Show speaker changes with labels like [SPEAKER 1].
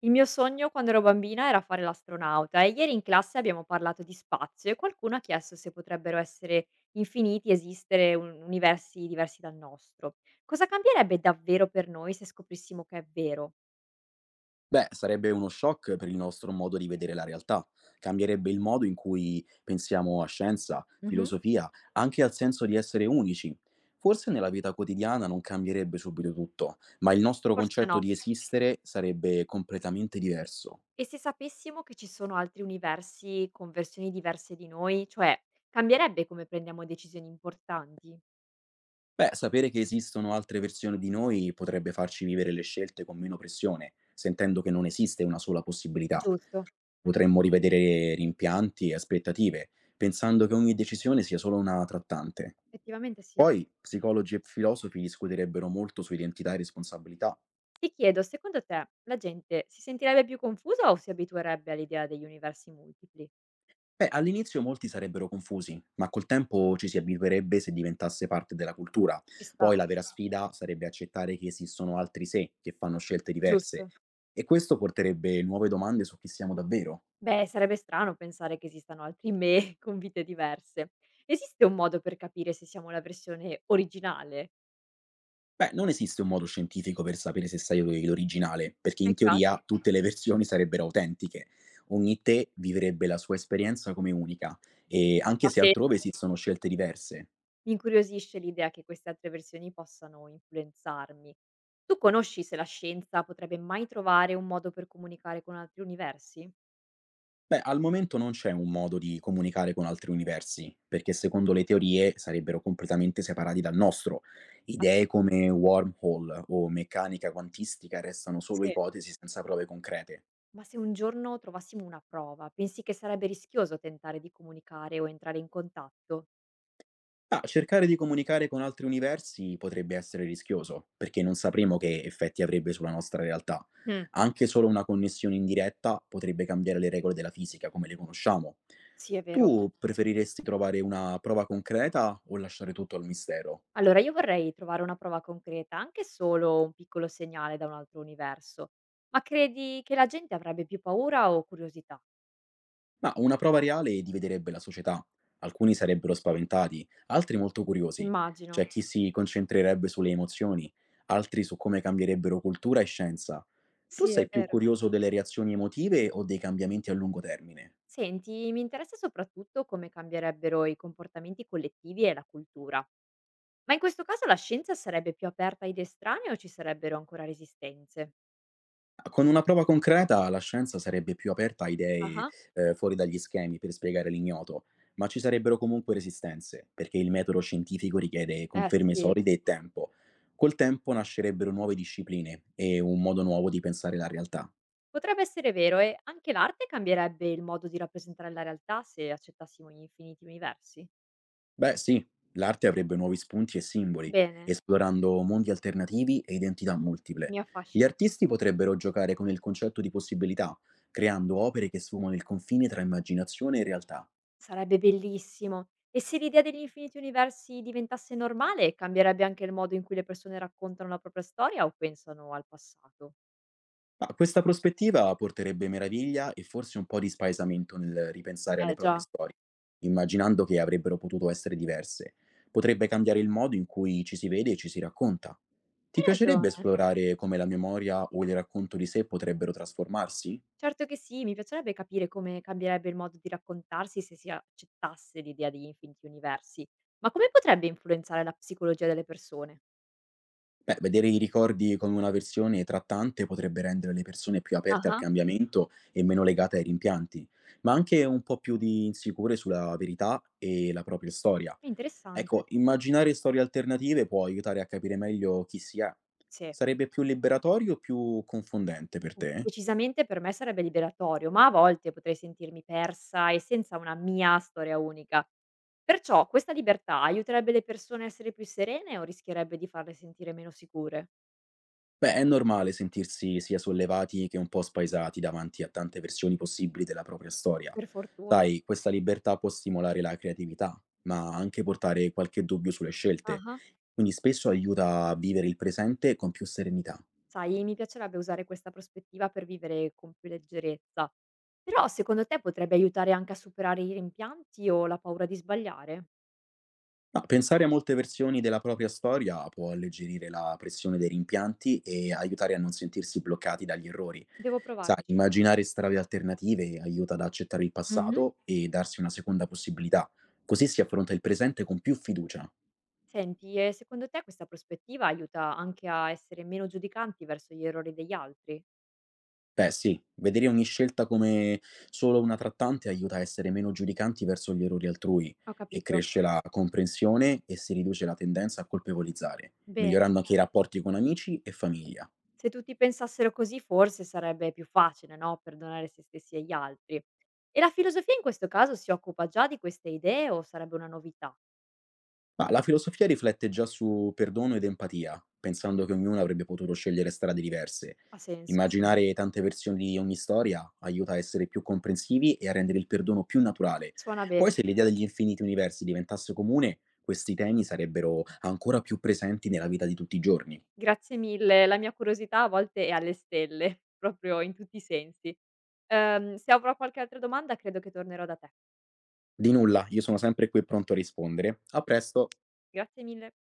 [SPEAKER 1] Il mio sogno quando ero bambina era fare l'astronauta e ieri in classe abbiamo parlato di spazio e qualcuno ha chiesto se potrebbero essere infiniti, esistere universi diversi dal nostro. Cosa cambierebbe davvero per noi se scoprissimo che è vero?
[SPEAKER 2] Beh, sarebbe uno shock per il nostro modo di vedere la realtà. Cambierebbe il modo in cui pensiamo a scienza,
[SPEAKER 1] Mhm.
[SPEAKER 2] filosofia, anche al senso di essere unici. Forse nella vita quotidiana non cambierebbe subito tutto, ma il nostro
[SPEAKER 1] Forse
[SPEAKER 2] concetto
[SPEAKER 1] no.
[SPEAKER 2] di esistere sarebbe completamente diverso.
[SPEAKER 1] E se sapessimo che ci sono altri universi con versioni diverse di noi, cioè cambierebbe come prendiamo decisioni importanti?
[SPEAKER 2] Beh, sapere che esistono altre versioni di noi potrebbe farci vivere le scelte con meno pressione, sentendo che non esiste una sola possibilità.
[SPEAKER 1] Giusto,
[SPEAKER 2] Potremmo rivedere rimpianti e aspettative, pensando che ogni decisione sia solo una trattante.
[SPEAKER 1] effettivamente sì.
[SPEAKER 2] Poi psicologi e filosofi discuterebbero molto su identità e responsabilità.
[SPEAKER 1] Ti chiedo, secondo te la gente si sentirebbe più confusa o si abituerebbe all'idea degli universi multipli?
[SPEAKER 2] Beh, all'inizio molti sarebbero confusi, ma col tempo ci si abituerebbe se diventasse parte della cultura.
[SPEAKER 1] Ci sta,
[SPEAKER 2] Poi la vera sfida sarebbe accettare che esistono altri sé che fanno scelte diverse
[SPEAKER 1] giusto.
[SPEAKER 2] e questo porterebbe nuove domande su chi siamo davvero.
[SPEAKER 1] Beh, sarebbe strano pensare che esistano altri me con vite diverse. Esiste un modo per capire se siamo la versione originale?
[SPEAKER 2] Beh, non esiste un modo scientifico per sapere se sei l'originale, perché in
[SPEAKER 1] Peccato.
[SPEAKER 2] teoria tutte le versioni sarebbero autentiche. Ogni te vivrebbe la sua esperienza come unica, e anche
[SPEAKER 1] Ah,
[SPEAKER 2] se
[SPEAKER 1] se
[SPEAKER 2] altrove esistono scelte diverse.
[SPEAKER 1] mi incuriosisce l'idea che queste altre versioni possano influenzarmi. Tu conosci se la scienza potrebbe mai trovare un modo per comunicare con altri universi?
[SPEAKER 2] Beh, al momento non c'è un modo di comunicare con altri universi, perché secondo le teorie sarebbero completamente separati dal nostro.
[SPEAKER 1] Ha
[SPEAKER 2] Idee come wormhole o meccanica quantistica restano solo
[SPEAKER 1] senso?
[SPEAKER 2] ipotesi senza prove concrete.
[SPEAKER 1] Ma se un giorno trovassimo una prova, pensi che sarebbe rischioso tentare di comunicare o entrare in contatto?
[SPEAKER 2] Ma cercare di comunicare con altri universi potrebbe essere rischioso, perché non sapremo che effetti avrebbe sulla nostra realtà.
[SPEAKER 1] Mm,
[SPEAKER 2] Anche solo una connessione indiretta potrebbe cambiare le regole della fisica come le conosciamo.
[SPEAKER 1] sì, è vero.
[SPEAKER 2] Tu preferiresti trovare una prova concreta o lasciare tutto al mistero?
[SPEAKER 1] Allora io vorrei trovare una prova concreta, anche solo un piccolo segnale da un altro universo. Ma credi che la gente avrebbe più paura o curiosità?
[SPEAKER 2] Ma una prova reale dividerebbe la società. Alcuni sarebbero spaventati, altri molto curiosi.
[SPEAKER 1] Immagino.
[SPEAKER 2] C'è chi si concentrerebbe sulle emozioni, altri su come cambierebbero cultura e scienza. Tu
[SPEAKER 1] Sì, è
[SPEAKER 2] sei più
[SPEAKER 1] vero.
[SPEAKER 2] curioso delle reazioni emotive o dei cambiamenti a lungo termine?
[SPEAKER 1] Senti, mi interessa soprattutto come cambierebbero i comportamenti collettivi e la cultura. Ma in questo caso la scienza sarebbe più aperta a idee strane o ci sarebbero ancora resistenze?
[SPEAKER 2] Con una prova concreta la scienza sarebbe più aperta a idee,
[SPEAKER 1] Ah,
[SPEAKER 2] fuori dagli schemi per spiegare l'ignoto, ma ci sarebbero comunque resistenze, perché il metodo scientifico richiede
[SPEAKER 1] eh
[SPEAKER 2] conferme
[SPEAKER 1] sì.
[SPEAKER 2] solide e tempo. Col tempo nascerebbero nuove discipline e un modo nuovo di pensare la realtà.
[SPEAKER 1] Potrebbe essere vero e anche l'arte cambierebbe il modo di rappresentare la realtà se accettassimo gli infiniti universi.
[SPEAKER 2] Beh, sì, l'arte avrebbe nuovi spunti e simboli,
[SPEAKER 1] Bene,
[SPEAKER 2] esplorando mondi alternativi e identità multiple.
[SPEAKER 1] mi
[SPEAKER 2] Gli
[SPEAKER 1] affascina.
[SPEAKER 2] artisti potrebbero giocare con il concetto di possibilità, creando opere che sfumano il confine tra immaginazione e realtà.
[SPEAKER 1] Sarebbe bellissimo. E se l'idea degli infiniti universi diventasse normale, cambierebbe anche il modo in cui le persone raccontano la propria storia o pensano al passato?
[SPEAKER 2] Ma questa prospettiva porterebbe meraviglia e forse un po' di spaesamento nel ripensare alle
[SPEAKER 1] Eh
[SPEAKER 2] proprie
[SPEAKER 1] già,
[SPEAKER 2] storie, immaginando che avrebbero potuto essere diverse. Potrebbe cambiare il modo in cui ci si vede e ci si racconta. Ti
[SPEAKER 1] hai
[SPEAKER 2] piacerebbe
[SPEAKER 1] ragione.
[SPEAKER 2] esplorare come la memoria o il racconto di sé potrebbero trasformarsi?
[SPEAKER 1] Certo che sì, mi piacerebbe capire come cambierebbe il modo di raccontarsi se si accettasse l'idea degli infiniti universi, ma come potrebbe influenzare la psicologia delle persone?
[SPEAKER 2] Beh, vedere i ricordi come una versione trattante potrebbe rendere le persone più aperte al
[SPEAKER 1] Ah,
[SPEAKER 2] cambiamento e meno legate ai rimpianti, ma anche un po' più di insicure sulla verità e la propria storia.
[SPEAKER 1] è interessante.
[SPEAKER 2] Ecco, immaginare storie alternative può aiutare a capire meglio chi si è.
[SPEAKER 1] Sì.
[SPEAKER 2] Sarebbe più liberatorio o più confondente per
[SPEAKER 1] Mhmm,
[SPEAKER 2] te?
[SPEAKER 1] decisamente per me sarebbe liberatorio, ma a volte potrei sentirmi persa e senza una mia storia unica. Perciò questa libertà aiuterebbe le persone a essere più serene o rischierebbe di farle sentire meno sicure?
[SPEAKER 2] Beh, è normale sentirsi sia sollevati che un po' spaesati davanti a tante versioni possibili della propria storia.
[SPEAKER 1] Per fortuna.
[SPEAKER 2] Sai, questa libertà può stimolare la creatività, ma anche portare qualche dubbio sulle scelte,
[SPEAKER 1] Ah-ah.
[SPEAKER 2] quindi spesso aiuta a vivere il presente con più serenità.
[SPEAKER 1] Sai, mi piacerebbe usare questa prospettiva per vivere con più leggerezza. Però secondo te potrebbe aiutare anche a superare i rimpianti o la paura di sbagliare?
[SPEAKER 2] No, pensare a molte versioni della propria storia può alleggerire la pressione dei rimpianti e aiutare a non sentirsi bloccati dagli errori.
[SPEAKER 1] Devo
[SPEAKER 2] Sai,
[SPEAKER 1] provarci.
[SPEAKER 2] immaginare strade alternative aiuta ad accettare il
[SPEAKER 1] Mh-mh.
[SPEAKER 2] passato e darsi una seconda possibilità. Così si affronta il presente con più fiducia.
[SPEAKER 1] Senti, e secondo te questa prospettiva aiuta anche a essere meno giudicanti verso gli errori degli altri?
[SPEAKER 2] Beh, sì, vedere ogni scelta come solo una trattante aiuta a essere meno giudicanti verso gli errori altrui
[SPEAKER 1] Ho
[SPEAKER 2] e
[SPEAKER 1] capito.
[SPEAKER 2] cresce la comprensione e si riduce la tendenza a colpevolizzare,
[SPEAKER 1] Bene.
[SPEAKER 2] migliorando anche i rapporti con amici e famiglia.
[SPEAKER 1] Se tutti pensassero così, forse sarebbe più facile, no? Perdonare se stessi e gli altri. E la filosofia in questo caso si occupa già di queste idee o sarebbe una novità?
[SPEAKER 2] Ma la filosofia riflette già su perdono ed empatia, pensando che ognuno avrebbe potuto scegliere strade diverse.
[SPEAKER 1] Ha senso.
[SPEAKER 2] Immaginare tante versioni di ogni storia aiuta a essere più comprensivi e a rendere il perdono più naturale.
[SPEAKER 1] Suona bene.
[SPEAKER 2] Poi, se l'idea degli infiniti universi diventasse comune, questi temi sarebbero ancora più presenti nella vita di tutti i giorni.
[SPEAKER 1] Grazie mille. La mia curiosità a volte è alle stelle, proprio in tutti i sensi. Se avrò qualche altra domanda, credo che tornerò da te.
[SPEAKER 2] Di nulla, io sono sempre qui pronto a rispondere. A presto!
[SPEAKER 1] Grazie mille.